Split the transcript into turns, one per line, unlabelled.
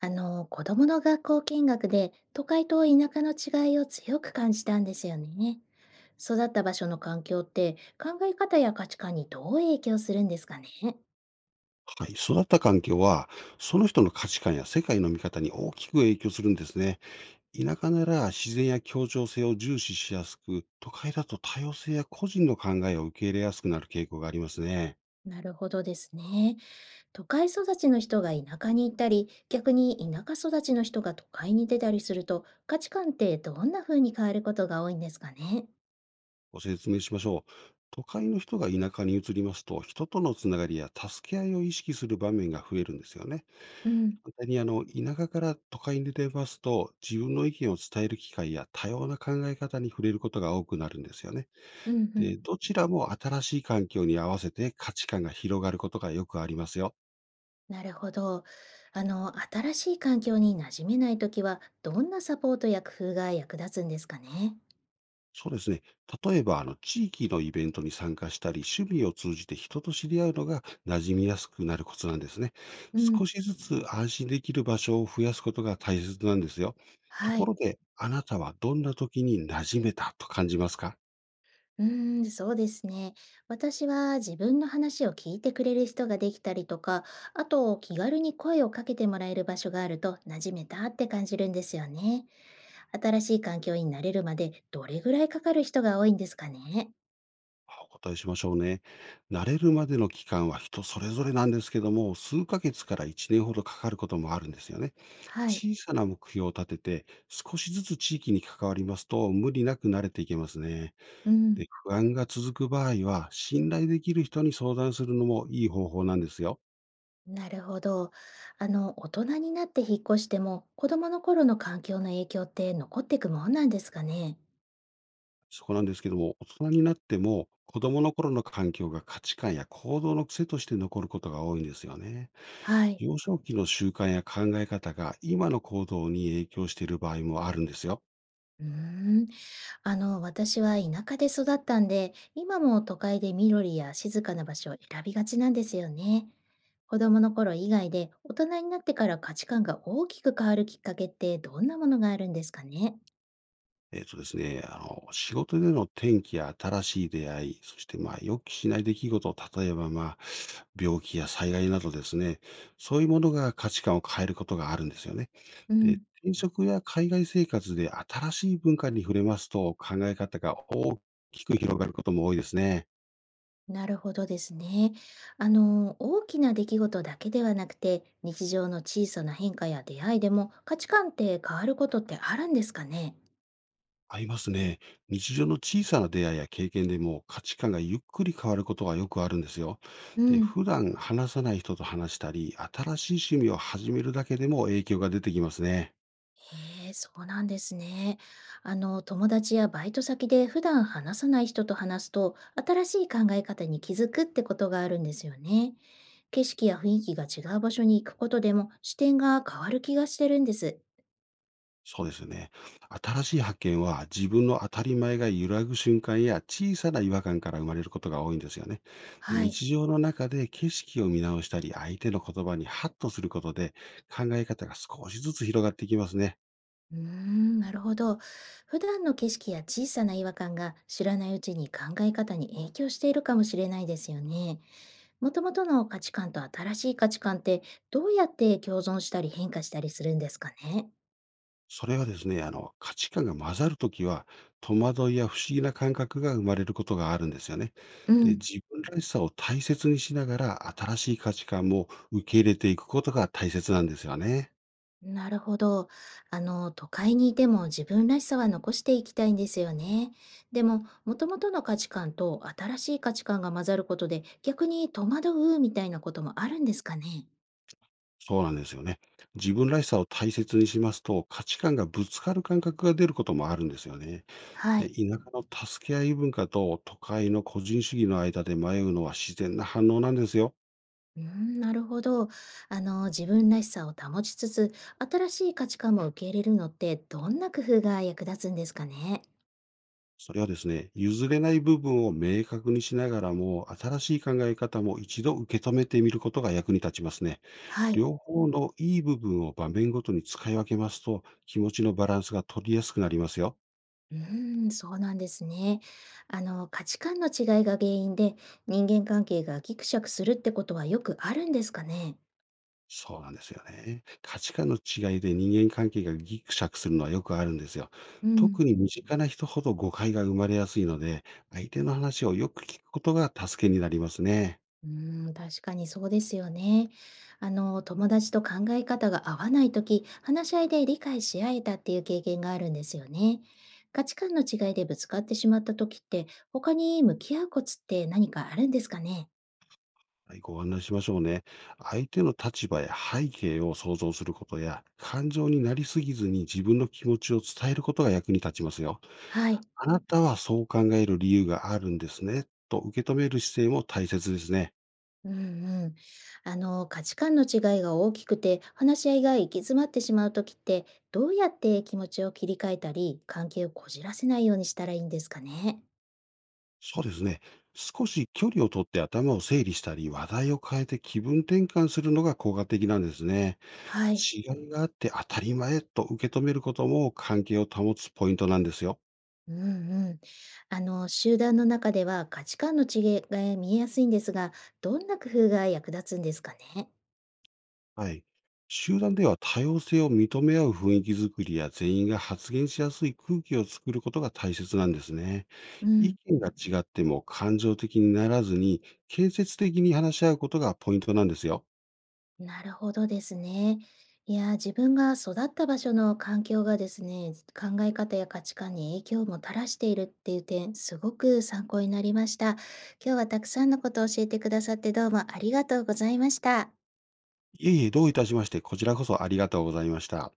あの、子供の学校見学で都会と田舎の違いを強く感じたんですよね。育った場所の環境って考え方や価値観にどう影響するんですかね。
はい、育った環境は、その人の価値観や世界の見方に大きく影響するんですね。田舎なら自然や協調性を重視しやすく、都会だと多様性や個人の考えを受け入れやすくなる傾向がありますね。
なるほどですね。都会育ちの人が田舎に行ったり、逆に田舎育ちの人が都会に出たりすると、価値観ってどんな風に変わることが多いんですかね。
ご説明しましょう。都会の人が田舎に移りますと、人とのつながりや助け合いを意識する場面が増えるんですよね。
うん、
反対に田舎から都会に出ますと、自分の意見を伝える機会や多様な考え方に触れることが多くなるんですよね。
うん、うん。
で、どちらも新しい環境に合わせて価値観が広がることがよくありますよ。
なるほど。あの、新しい環境に馴染めないときは、どんなサポートや工夫が役立つんですかね？
そうですね。例えば、地域のイベントに参加したり、趣味を通じて人と知り合うのが馴染みやすくなるコツなんですね。
う
少
ん、
しずつ安心できる場所を増やすことが大切なんですよ。と
は
こ
い。
ろで、あなたはどんな時に馴染めたと感じますか？
うーん、そうですね。私は自分の話を聞いてくれる人ができたりとか、あと気軽に声をかけてもらえる場所があると馴染めたって感じるんですよね。新しい環境に慣れるまでどれぐらいかかる人が多いんですかね？
お答えしましょうね。慣れるまでの期間は人それぞれなんですけども、数ヶ月から1年ほどかかることもあるんですよね。
はい、
小さな目標を立てて、少しずつ地域に関わりますと、無理なく慣れていけますね。
うん。
で、不安が続く場合は、信頼できる人に相談するのもいい方法なんですよ。
なるほど。あの、大人になって引っ越しても、子供の頃の環境の影響って残っていくもんなんですかね。
そこなんですけども、大人になっても、子供の頃の環境が価値観や行動の癖として残ることが多いんですよね。
はい。
幼少期の習慣や考え方が今の行動に影響している場合もあるんですよ。
うーん。あの、私は田舎で育ったんで、今も都会で緑や静かな場所を選びがちなんですよね。子供の頃以外で、大人になってから価値観が大きく変わるきっかけってどんなものがあるんですかね。
えっとですね、あの、仕事での転機や新しい出会い、そして、まあ、予期しない出来事、例えば、まあ、病気や災害などですね、そういうものが価値観を変えることがあるんですよね。
う
で、
ん。
転職や海外生活で新しい文化に触れますと、考え方が大きく広がることも多いですね。
なるほどですね。あの、大きな出来事だけではなくて、日常の小さな変化や出会いでも価値観って変わることってあるんですかね？
ありますね。日常の小さな出会いや経験でも価値観がゆっくり変わることがよくあるんですよ。
う
で、
ん、
普段話さない人と話したり、新しい趣味を始めるだけでも影響が出てきますね。
へえ、そうなんですね。あの、友達やバイト先で普段話さない人と話すと、新しい考え方に気づくってことがあるんですよね。景色や雰囲気が違う場所に行くことでも視点が変わる気がしてるんです。
そうですよね。新しい発見は自分の当たり前が揺らぐ瞬間や小さな違和感から生まれることが多いんですよね。で、
はい。
日常の中で景色を見直したり、相手の言葉にハッとすることで考え方が少しずつ広がっていきますね。
うーん、なるほど。普段の景色や小さな違和感が知らないうちに考え方に影響しているかもしれないですよね。もともとの価値観と新しい価値観ってどうやって共存したり変化したりするんですかね。
それはですね、価値観が混ざるときは、戸惑いや不思議な感覚が生まれることがあるんですよね。
う
で、
ん、
自分らしさを大切にしながら、新しい価値観も受け入れていくことが大切なんですよね。
なるほど。あの、都会にいても自分らしさは残していきたいんですよね。でも、もともとの価値観と新しい価値観が混ざることで逆に戸惑うみたいなこともあるんですかね。
そうなんですよね。自分らしさを大切にしますと、価値観がぶつかる感覚が出ることもあるんですよね。
は
で、田
い。
舎の助け合い文化と都会の個人主義の間で迷うのは自然な反応なんですよ。
うーん、なるほど。あの、自分らしさを保ちつつ、新しい価値観も受け入れるのって、どんな工夫が役立つんですかね。
それはですね、譲れない部分を明確にしながらも、新しい考え方も一度受け止めてみることが役に立ちますね。
はい。
両方のいい部分を場面ごとに使い分けますと、気持ちのバランスが取りやすくなりますよ。
うーん、そうなんですね。あの、価値観の違いが原因で、人間関係がギクシャクするってことはよくあるんですかね。
そうなんですよね。価値観の違いで人間関係がギクシャクするのはよくあるんですよ。
うん。
特に身近な人ほど誤解が生まれやすいので、相手の話をよく聞くことが助けになりますね。
うーん、確かにそうですよね。あの、友達と考え方が合わないとき、話し合いで理解し合えたっていう経験があるんですよね。価値観の違いでぶつかってしまったときって、他に向き合うコツって何かあるんですかね？
はい、ご案内しましょうね。相手の立場や背景を想像することや、感情になりすぎずに自分の気持ちを伝えることが役に立ちますよ。
はい。
あなたはそう考える理由があるんですね、と受け止める姿勢も大切ですね。
うんうん。あの、価値観の違いが大きくて、話し合いが行き詰まってしまうときって、どうやって気持ちを切り替えたり、関係をこじらせないようにしたらいいんですかね？
そうですね。少し距離をとって頭を整理したり、話題を変えて気分転換するのが効果的なんですね。
はい。
違いがあって当たり前と受け止めることも関係を保つポイントなんですよ。
うんうん。あの、集団の中では価値観の違いが見えやすいんですが、どんな工夫が役立つんですかね。
はい。集団では多様性を認め合う雰囲気づくりや全員が発言しやすい空気を作ることが大切なんですね。
う
意
ん、
見が違っても感情的にならずに、建設的に話し合うことがポイントなんですよ。
なるほどですね。いやー、自分が育った場所の環境がですね、考え方や価値観に影響をもたらしているっていう点、すごく参考になりました。今日はたくさんのことを教えてくださってどうもありがとうございました。
いえいえ、どういたしまして、こちらこそありがとうございました。